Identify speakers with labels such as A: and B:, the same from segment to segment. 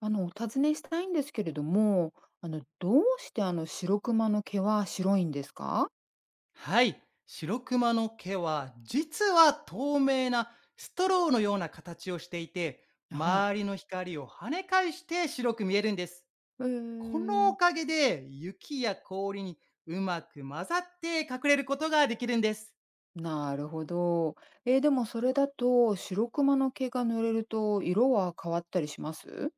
A: お尋ねしたいんですけれども、どうして白クマの毛は白いんですか？
B: はい。白クマの毛は、実は透明なストローのような形をしていて、
A: はい。
B: 周りの光を跳ね返して白く見えるんです。
A: へえ
B: この
A: ー、
B: おかげで、雪や氷にうまく混ざって隠れることができるんです。
A: なるほど。でもそれだと、白クマの毛が濡れると色は変わったりします？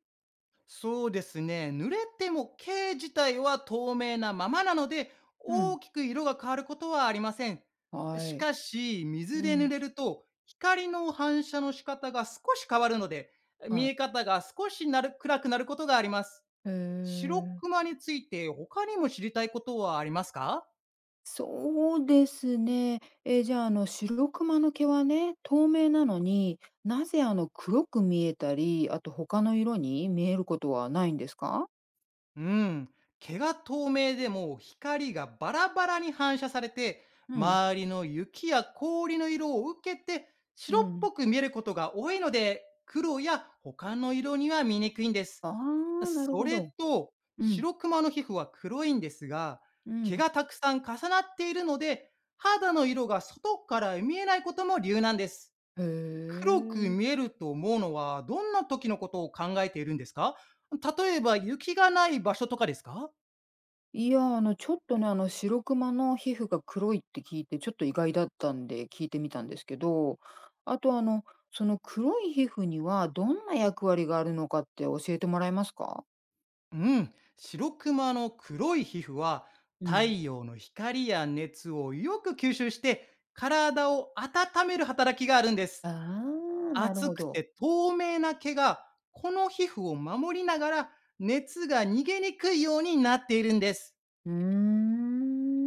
B: そうですね。濡れても毛自体は透明なままなので、
A: うん、
B: 大きく色が変わることはありません。
A: は
B: し
A: い。
B: かし、
A: う
B: 水で濡
A: ん、
B: れると、光の反射の仕方が少し変わるので、見
A: はい。
B: え方が少し暗くなることがあります。
A: へえ
B: 白
A: ー、
B: クマについて他にも知りたいことはありますか？
A: そうですね。じゃあ、白クマの毛はね、透明なのに、なぜ黒く見えたり、あと他の色に見えることはないんですか？
B: うん。毛が透明で光がバラバラに反射されて、
A: うん、
B: 周りの雪や氷の色を受けて
A: う
B: 白っ
A: ん。
B: ぽく見えることが多いので、黒や他の色には見にくいんです。
A: ああ、なる
B: そ
A: ほ
B: れ
A: ど。
B: と、
A: うん、
B: 白クマの皮膚は黒いんですが、
A: う
B: 毛
A: ん。
B: がたくさん重なっているので、肌の色が外から見えないことも理由なんです。
A: へ
B: 黒く
A: え。
B: 見えると思うのは、どんな時のことを考えているんですか？例えば、雪がない場所とかですか？
A: いや、ちょっとね、白クマの皮膚が黒いって聞いて、ちょっと意外だったんで聞いてみたんですけど、あと、その黒い皮膚にはどんな役割があるのかって教えてもらえますか？
B: うん。白クマの黒い皮膚は、
A: う
B: 太
A: ん。
B: 陽の光や熱をよく吸収して、体を温める働きがあるんです。
A: ああ、なる
B: 熱
A: ほ
B: く
A: ど。
B: て透明な毛が、この皮膚を守りながら、熱が逃げにくいようになっているんです。
A: うー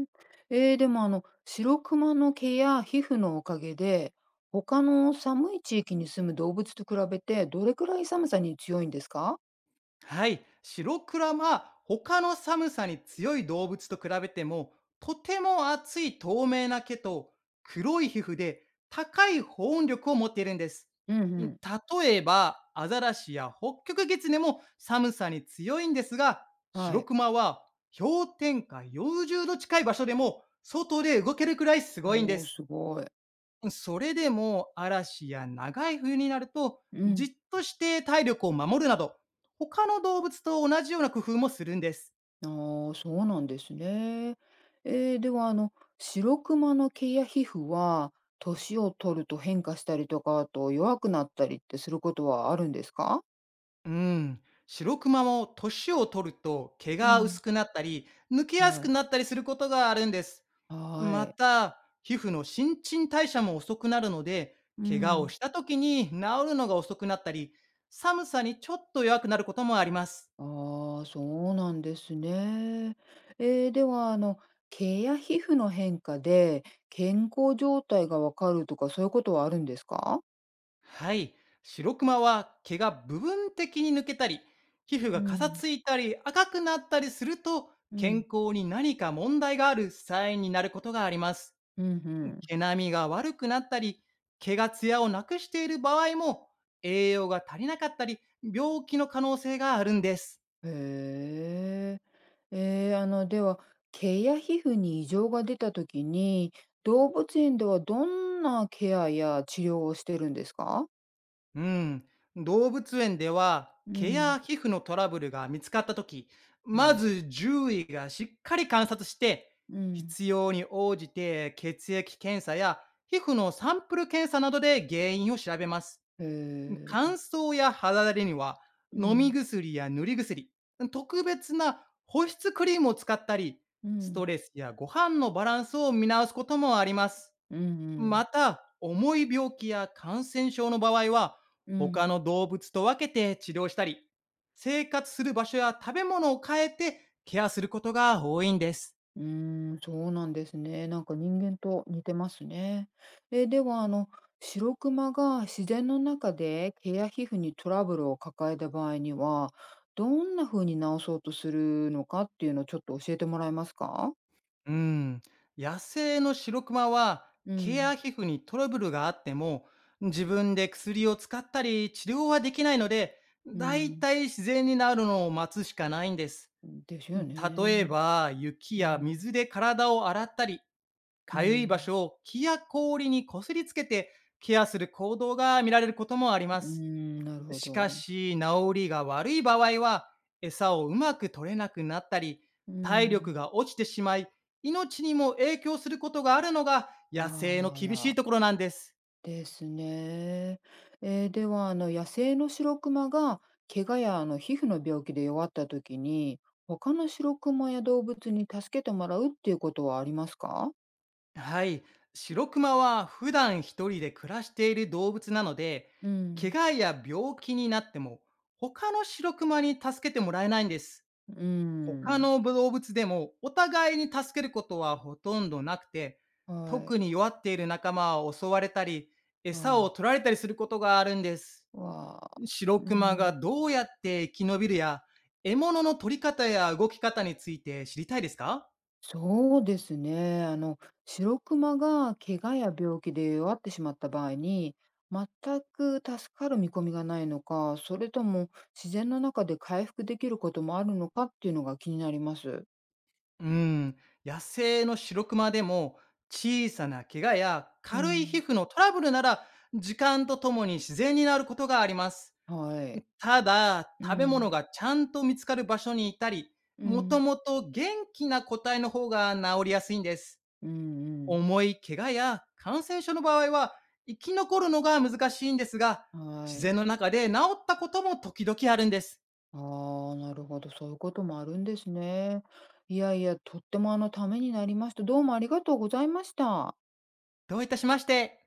A: ん。でも白クマの毛や皮膚のおかげで、他の寒い地域に住む動物と比べて、どれくらい寒さに強いんですか？
B: はい。シロクラは他の寒さに強い動物と比べても、とても厚い透明な毛と黒い皮膚で高い保温力を持っているんです。
A: うんう
B: ん
A: ん。
B: 例えば、アザラシやホッキョクゲツネも寒さに強いんですが、シ
A: は
B: ロ
A: い。
B: クマは氷点下40度近い場所でも外で動けるくらいすごいんで
A: おー
B: す。
A: すごい。
B: それでも、嵐や長い冬になると、
A: う
B: じっ
A: ん。
B: として体力を守るなど、他の動物と同じような工夫もするんです。
A: ああ、そうなんですね。では、白クマの毛や皮膚は、年を取ると変化したりとか、あと弱くなったりってすることはあるんですか？
B: うん。シロクマも年を取ると毛
A: う
B: が
A: ん。
B: 薄くなったり、抜けやす
A: は
B: く
A: い。
B: なったりすることがあるんです。
A: は
B: ま
A: い。
B: た、皮膚の新陳代謝も遅くなるので、
A: う
B: 怪我を
A: ん。
B: した時に治るのが遅くなったり、寒さにちょっと弱くなることもあります。
A: ああ、そうなんですね。では、毛や皮膚の変化で健康状態がわかるとか、そういうことはあるんですか？
B: はい。白クマは毛が部分的に抜けたり、皮膚
A: う
B: がかさ
A: ん。
B: ついたり赤くなったりすると、
A: う
B: 健
A: ん。
B: 康に何か問題があるサインになることがあります。
A: うんうん。
B: 毛並みが悪くなったり、毛がツヤをなくしている場合も、栄養が足りなかったり、病気の可能性があるんです。
A: へえ。ええ、では、毛や皮膚に異常が出たときに、動物園ではどんなケアや治療をしてるんですか？
B: うん、動物園では
A: う
B: 毛や
A: ん、
B: 皮膚のトラブルが見つかったとき、
A: は
B: ま
A: い。
B: ず獣医がしっかり観察して、
A: うん。
B: 必要に応じて血液検査や皮膚のサンプル検査などで原因を調べます。
A: へ
B: 乾
A: え。
B: 燥や肌荒れには
A: う
B: 飲み
A: ん、
B: 薬や塗り薬、特別な保湿クリームを使ったり、
A: う
B: ス
A: ん。
B: トレスやご飯のバランスを見直すこともあります。
A: うんうん。
B: また、重い病気や感染症の場合は、
A: う
B: 他
A: ん。
B: の動物と分けて治療したり、生活する場所や食べ物を変えてケアすることが多いんです。
A: うーん、そうなんですね。なんか人間と似てますね。え、では、白クマが自然の中で毛や皮膚にトラブルを抱えた場合には、どんな風に治そうとするのかっていうのをちょっと教えてもらえますか？
B: うん。野生のシロクマは、
A: う
B: ケア
A: ん、
B: 皮膚にトラブルがあっても、自分で薬を使ったり治療はできないので、
A: う
B: だい
A: ん。
B: たい自然になるのを待つしかないんです。
A: ですよ
B: 例え
A: ね。
B: ば、雪
A: う
B: や
A: ん、
B: 水で体を洗ったり、
A: う
B: かゆい場
A: ん、
B: 所を木や氷にこすりつけてケアする行動が見られることもありま
A: うー
B: す。
A: ん、なるほ
B: しか
A: ど。
B: し、治りが悪い場合は、餌をうまく取れなくなったり、
A: う
B: 体力
A: ん。
B: が落ちてしまい、命にも影響することがあるのが
A: あ
B: 野生の厳しい
A: ら。
B: ところなんです。
A: ですね。では、野生のシロクマが、怪我や皮膚の病気で弱った時に、他のシロクマや動物に助けてもらうっていうことはありますか？
B: はい。白クマは普段一人で暮らしている動物なので、
A: う
B: 怪
A: ん。
B: 我や病気になっても、他の白クマに助けてもらえないんです。
A: う
B: 他
A: ん。
B: の動物でもお互いに助けることはほとんどなくて、
A: はい。
B: 特に弱っている仲間は襲われたり、餌を
A: わ
B: 取られたりすることがあるんです。
A: あ、わあ。
B: 白
A: う
B: クマが
A: ん。
B: どうやって生き延びるや、獲物の取り方や動き方について知りたいですか？
A: そうですね。白クマが怪我や病気で弱ってしまった場合に、全く助かる見込みがないのか、それとも自然の中で回復できることもあるのかっていうのが気になります。
B: うーん、野生のシロクマでも小さな怪我や
A: う
B: 軽い皮
A: ん。
B: 膚のトラブルなら時間とともに自然になることがあります。
A: はい。
B: ただ、
A: う
B: 食べ物
A: ん。
B: がちゃんと見つかる場所にいたり、
A: う
B: もと
A: ん。
B: もと元気な個体の方が治りやすいんです。
A: うんうん。
B: 重い怪我や感染症の場合は生き残るのが難しいんですが、
A: は
B: 自然
A: い。
B: の中で治ったことも時々あるんです。
A: ああ、なるほど。そういうこともあるんですね。いやいや、とってもためになりました。どうもありがとうございました。
B: どういたしまして。